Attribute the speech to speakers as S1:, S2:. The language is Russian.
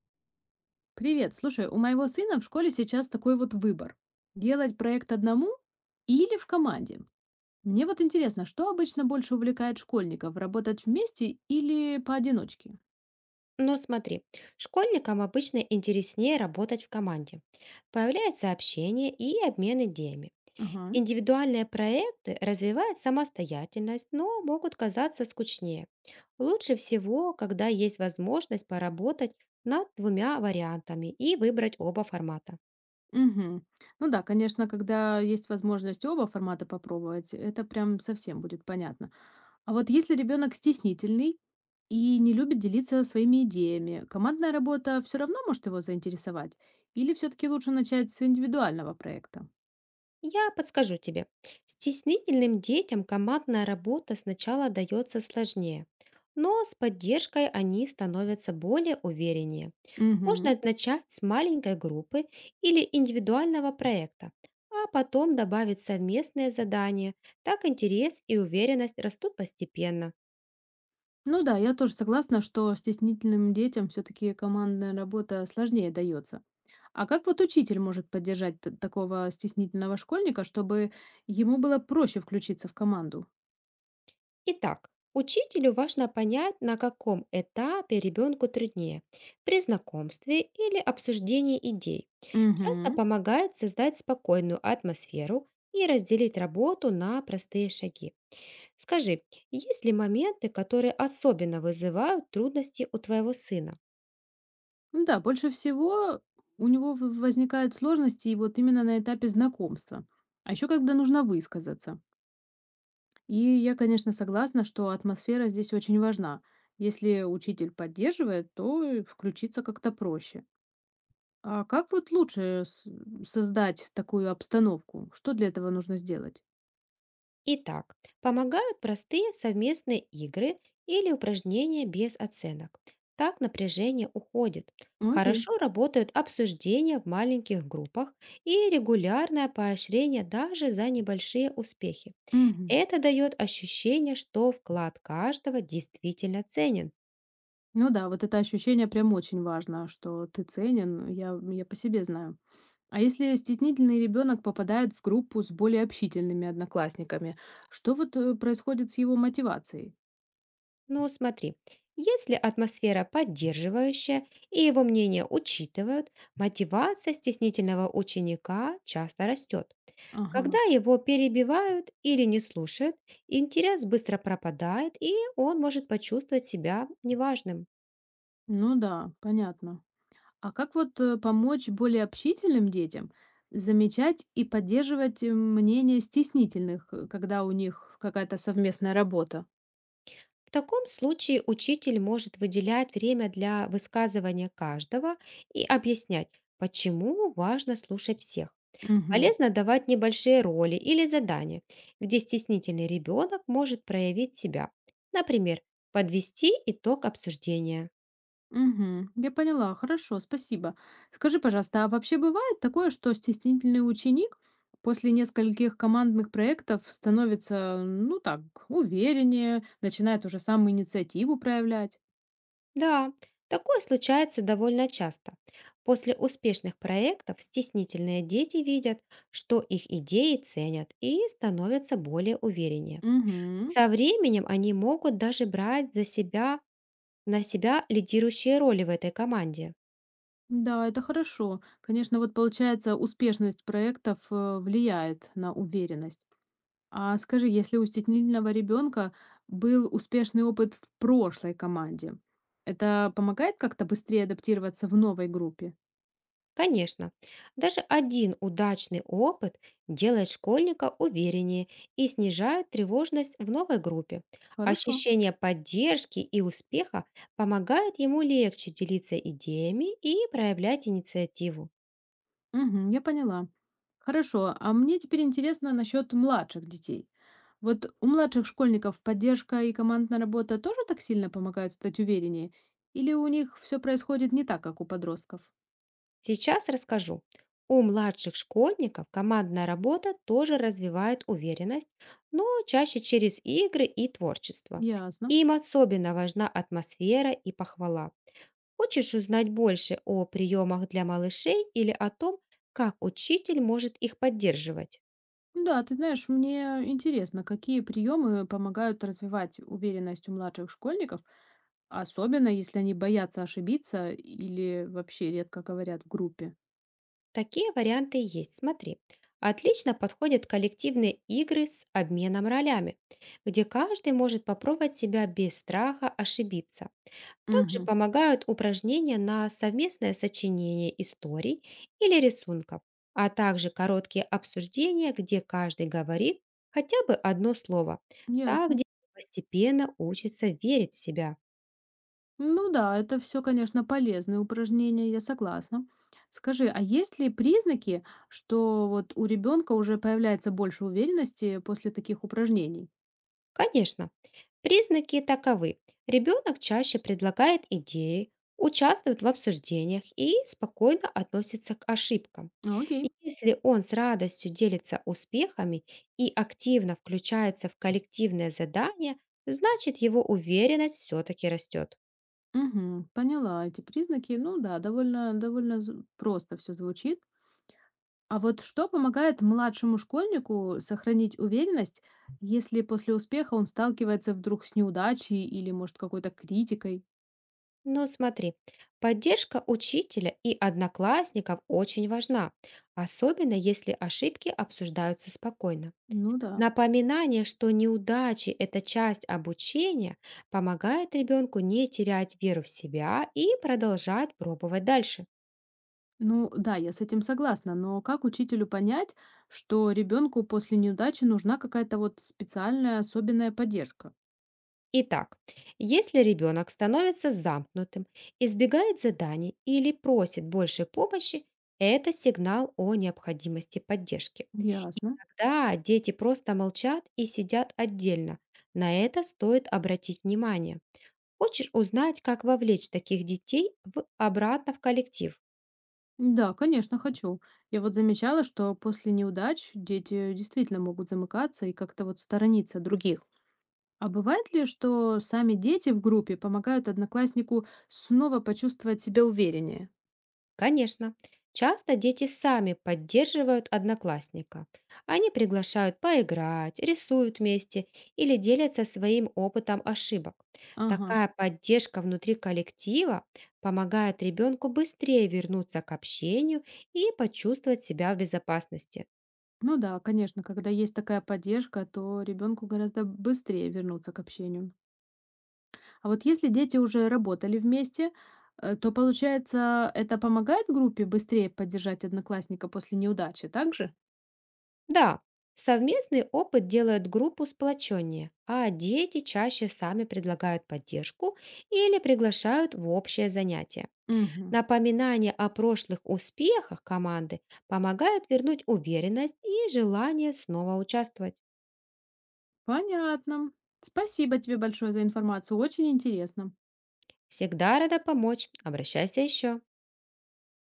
S1: Привет, слушай, у моего сына в школе сейчас такой вот выбор. Делать проект одному или в команде? Мне вот интересно, что обычно больше увлекает школьников, работать вместе или поодиночке?
S2: Но смотри, школьникам обычно интереснее работать в команде. Появляется общение и обмен идеями.
S1: Ага.
S2: Индивидуальные проекты развивают самостоятельность, но могут казаться скучнее. Лучше всего, когда есть возможность поработать над двумя вариантами и выбрать оба формата.
S1: Угу. Ну да, конечно, когда есть возможность оба формата попробовать, это прям совсем будет понятно. А вот если ребенок стеснительный и не любит делиться своими идеями, командная работа все равно может его заинтересовать? Или все-таки лучше начать с индивидуального проекта?
S2: Я подскажу тебе. Стеснительным детям командная работа сначала дается сложнее, но с поддержкой они становятся более увереннее.
S1: Угу.
S2: Можно начать с маленькой группы или индивидуального проекта, а потом добавить совместные задания. Так интерес и уверенность растут постепенно.
S1: Ну да, я тоже согласна, что стеснительным детям все-таки командная работа сложнее дается. А как вот учитель может поддержать такого стеснительного школьника, чтобы ему было проще включиться в команду?
S2: Итак, учителю важно понять, на каком этапе ребенку труднее– при знакомстве или обсуждении идей. Часто
S1: Угу.
S2: помогает создать спокойную атмосферу и разделить работу на простые шаги. Скажи, есть ли моменты, которые особенно вызывают трудности у твоего сына?
S1: Да, больше всего у него возникают сложности и вот именно на этапе знакомства. А еще когда нужно высказаться. И я, конечно, согласна, что атмосфера здесь очень важна. Если учитель поддерживает, то и включиться как-то проще. А как вот лучше создать такую обстановку? Что для этого нужно сделать?
S2: Итак, помогают простые совместные игры или упражнения без оценок. Так напряжение уходит.
S1: Окей.
S2: Хорошо работают обсуждения в маленьких группах и регулярное поощрение даже за небольшие успехи.
S1: Мгм.
S2: Это дает ощущение, что вклад каждого действительно ценен.
S1: Ну да, вот это ощущение прям очень важно, что ты ценен, я по себе знаю. А если стеснительный ребенок попадает в группу с более общительными одноклассниками, что вот происходит с его мотивацией?
S2: Но смотри, если атмосфера поддерживающая и его мнение учитывают, мотивация стеснительного ученика часто растет. Когда
S1: Ага.
S2: его перебивают или не слушают, интерес быстро пропадает, и он может почувствовать себя неважным.
S1: Ну да, понятно. А как вот помочь более общительным детям замечать и поддерживать мнение стеснительных, когда у них какая-то совместная работа?
S2: В таком случае учитель может выделять время для высказывания каждого и объяснять, почему важно слушать всех.
S1: Угу.
S2: Полезно давать небольшие роли или задания, где стеснительный ребенок может проявить себя. Например, подвести итог обсуждения.
S1: Угу. Я поняла. Хорошо, спасибо. Скажи, пожалуйста, а вообще бывает такое, что стеснительный ученик после нескольких командных проектов становится, ну так, увереннее, начинает уже сам инициативу проявлять?
S2: Да, такое случается довольно часто. После успешных проектов стеснительные дети видят, что их идеи ценят и становятся более увереннее.
S1: Угу.
S2: Со временем они могут даже брать за себя на себя лидирующие роли в этой команде.
S1: Да, это хорошо. Конечно, вот получается, успешность проектов влияет на уверенность. А скажи, если у стеснительного ребенка был успешный опыт в прошлой команде, это помогает как-то быстрее адаптироваться в новой группе?
S2: Конечно, даже один удачный опыт делает школьника увереннее и снижает тревожность в новой группе.
S1: Хорошо.
S2: Ощущение поддержки и успеха помогает ему легче делиться идеями и проявлять инициативу.
S1: Мгм, я поняла. Хорошо. А мне теперь интересно насчет младших детей. Вот у младших школьников поддержка и командная работа тоже так сильно помогают стать увереннее? Или у них все происходит не так, как у подростков?
S2: Сейчас расскажу. У младших школьников командная работа тоже развивает уверенность, но чаще через игры и творчество.
S1: Ясно.
S2: Им особенно важна атмосфера и похвала. Хочешь узнать больше о приемах для малышей или о том, как учитель может их поддерживать?
S1: Ну да, ты знаешь, мне интересно, какие приемы помогают развивать уверенность у младших школьников, особенно если они боятся ошибиться или вообще редко говорят в группе.
S2: Такие варианты есть, смотри. Отлично подходят коллективные игры с обменом ролями, где каждый может попробовать себя без страха ошибиться. Также
S1: Угу,
S2: помогают упражнения на совместное сочинение историй или рисунков, а также короткие обсуждения, где каждый говорит хотя бы одно слово. Так
S1: ясно.
S2: дети постепенно учатся верить в себя.
S1: Ну да, это все, конечно, полезные упражнения, я согласна. Скажи, а есть ли признаки, что вот у ребенка уже появляется больше уверенности после таких упражнений?
S2: Конечно. Признаки таковы. Ребенок чаще предлагает идеи, участвует в обсуждениях и спокойно относится к ошибкам.
S1: А, окей.
S2: Если он с радостью делится успехами и активно включается в коллективное задание, значит его уверенность все-таки растет.
S1: Угу, поняла эти признаки. Ну да, довольно просто все звучит. А вот что помогает младшему школьнику сохранить уверенность, если после успеха он сталкивается вдруг с неудачей или, может, какой-то критикой?
S2: Но смотри, поддержка учителя и одноклассников очень важна, особенно если ошибки обсуждаются спокойно.
S1: Ну да.
S2: Напоминание, что неудачи– это часть обучения, помогает ребенку не терять веру в себя и продолжать пробовать дальше.
S1: Ну да, я с этим согласна, но как учителю понять, что ребенку после неудачи нужна какая-то вот специальная особенная поддержка?
S2: Итак, если ребенок становится замкнутым, избегает заданий или просит больше помощи, это сигнал о необходимости поддержки. И
S1: Ясно.
S2: тогда дети просто молчат и сидят отдельно. На это стоит обратить внимание. Хочешь узнать, как вовлечь таких детей обратно в коллектив?
S1: Да, конечно, хочу. Я вот замечала, что после неудач дети действительно могут замыкаться и как-то вот сторониться других. А бывает ли, что сами дети в группе помогают однокласснику снова почувствовать себя увереннее?
S2: Конечно, часто дети сами поддерживают одноклассника. Они приглашают поиграть, рисуют вместе или делятся своим опытом ошибок.
S1: Ага.
S2: Такая поддержка внутри коллектива помогает ребенку быстрее вернуться к общению и почувствовать себя в безопасности.
S1: Ну да, конечно, когда есть такая поддержка, то ребенку гораздо быстрее вернуться к общению. А вот если дети уже работали вместе, то получается, это помогает группе быстрее поддержать одноклассника после неудачи, так же?
S2: Да, совместный опыт делает группу сплоченнее, а дети чаще сами предлагают поддержку или приглашают в общее занятие.
S1: Угу.
S2: Напоминание о прошлых успехах команды помогает вернуть уверенность и желание снова участвовать.
S1: Понятно. Спасибо тебе большое за информацию, очень интересно.
S2: Всегда рада помочь. Обращайся еще.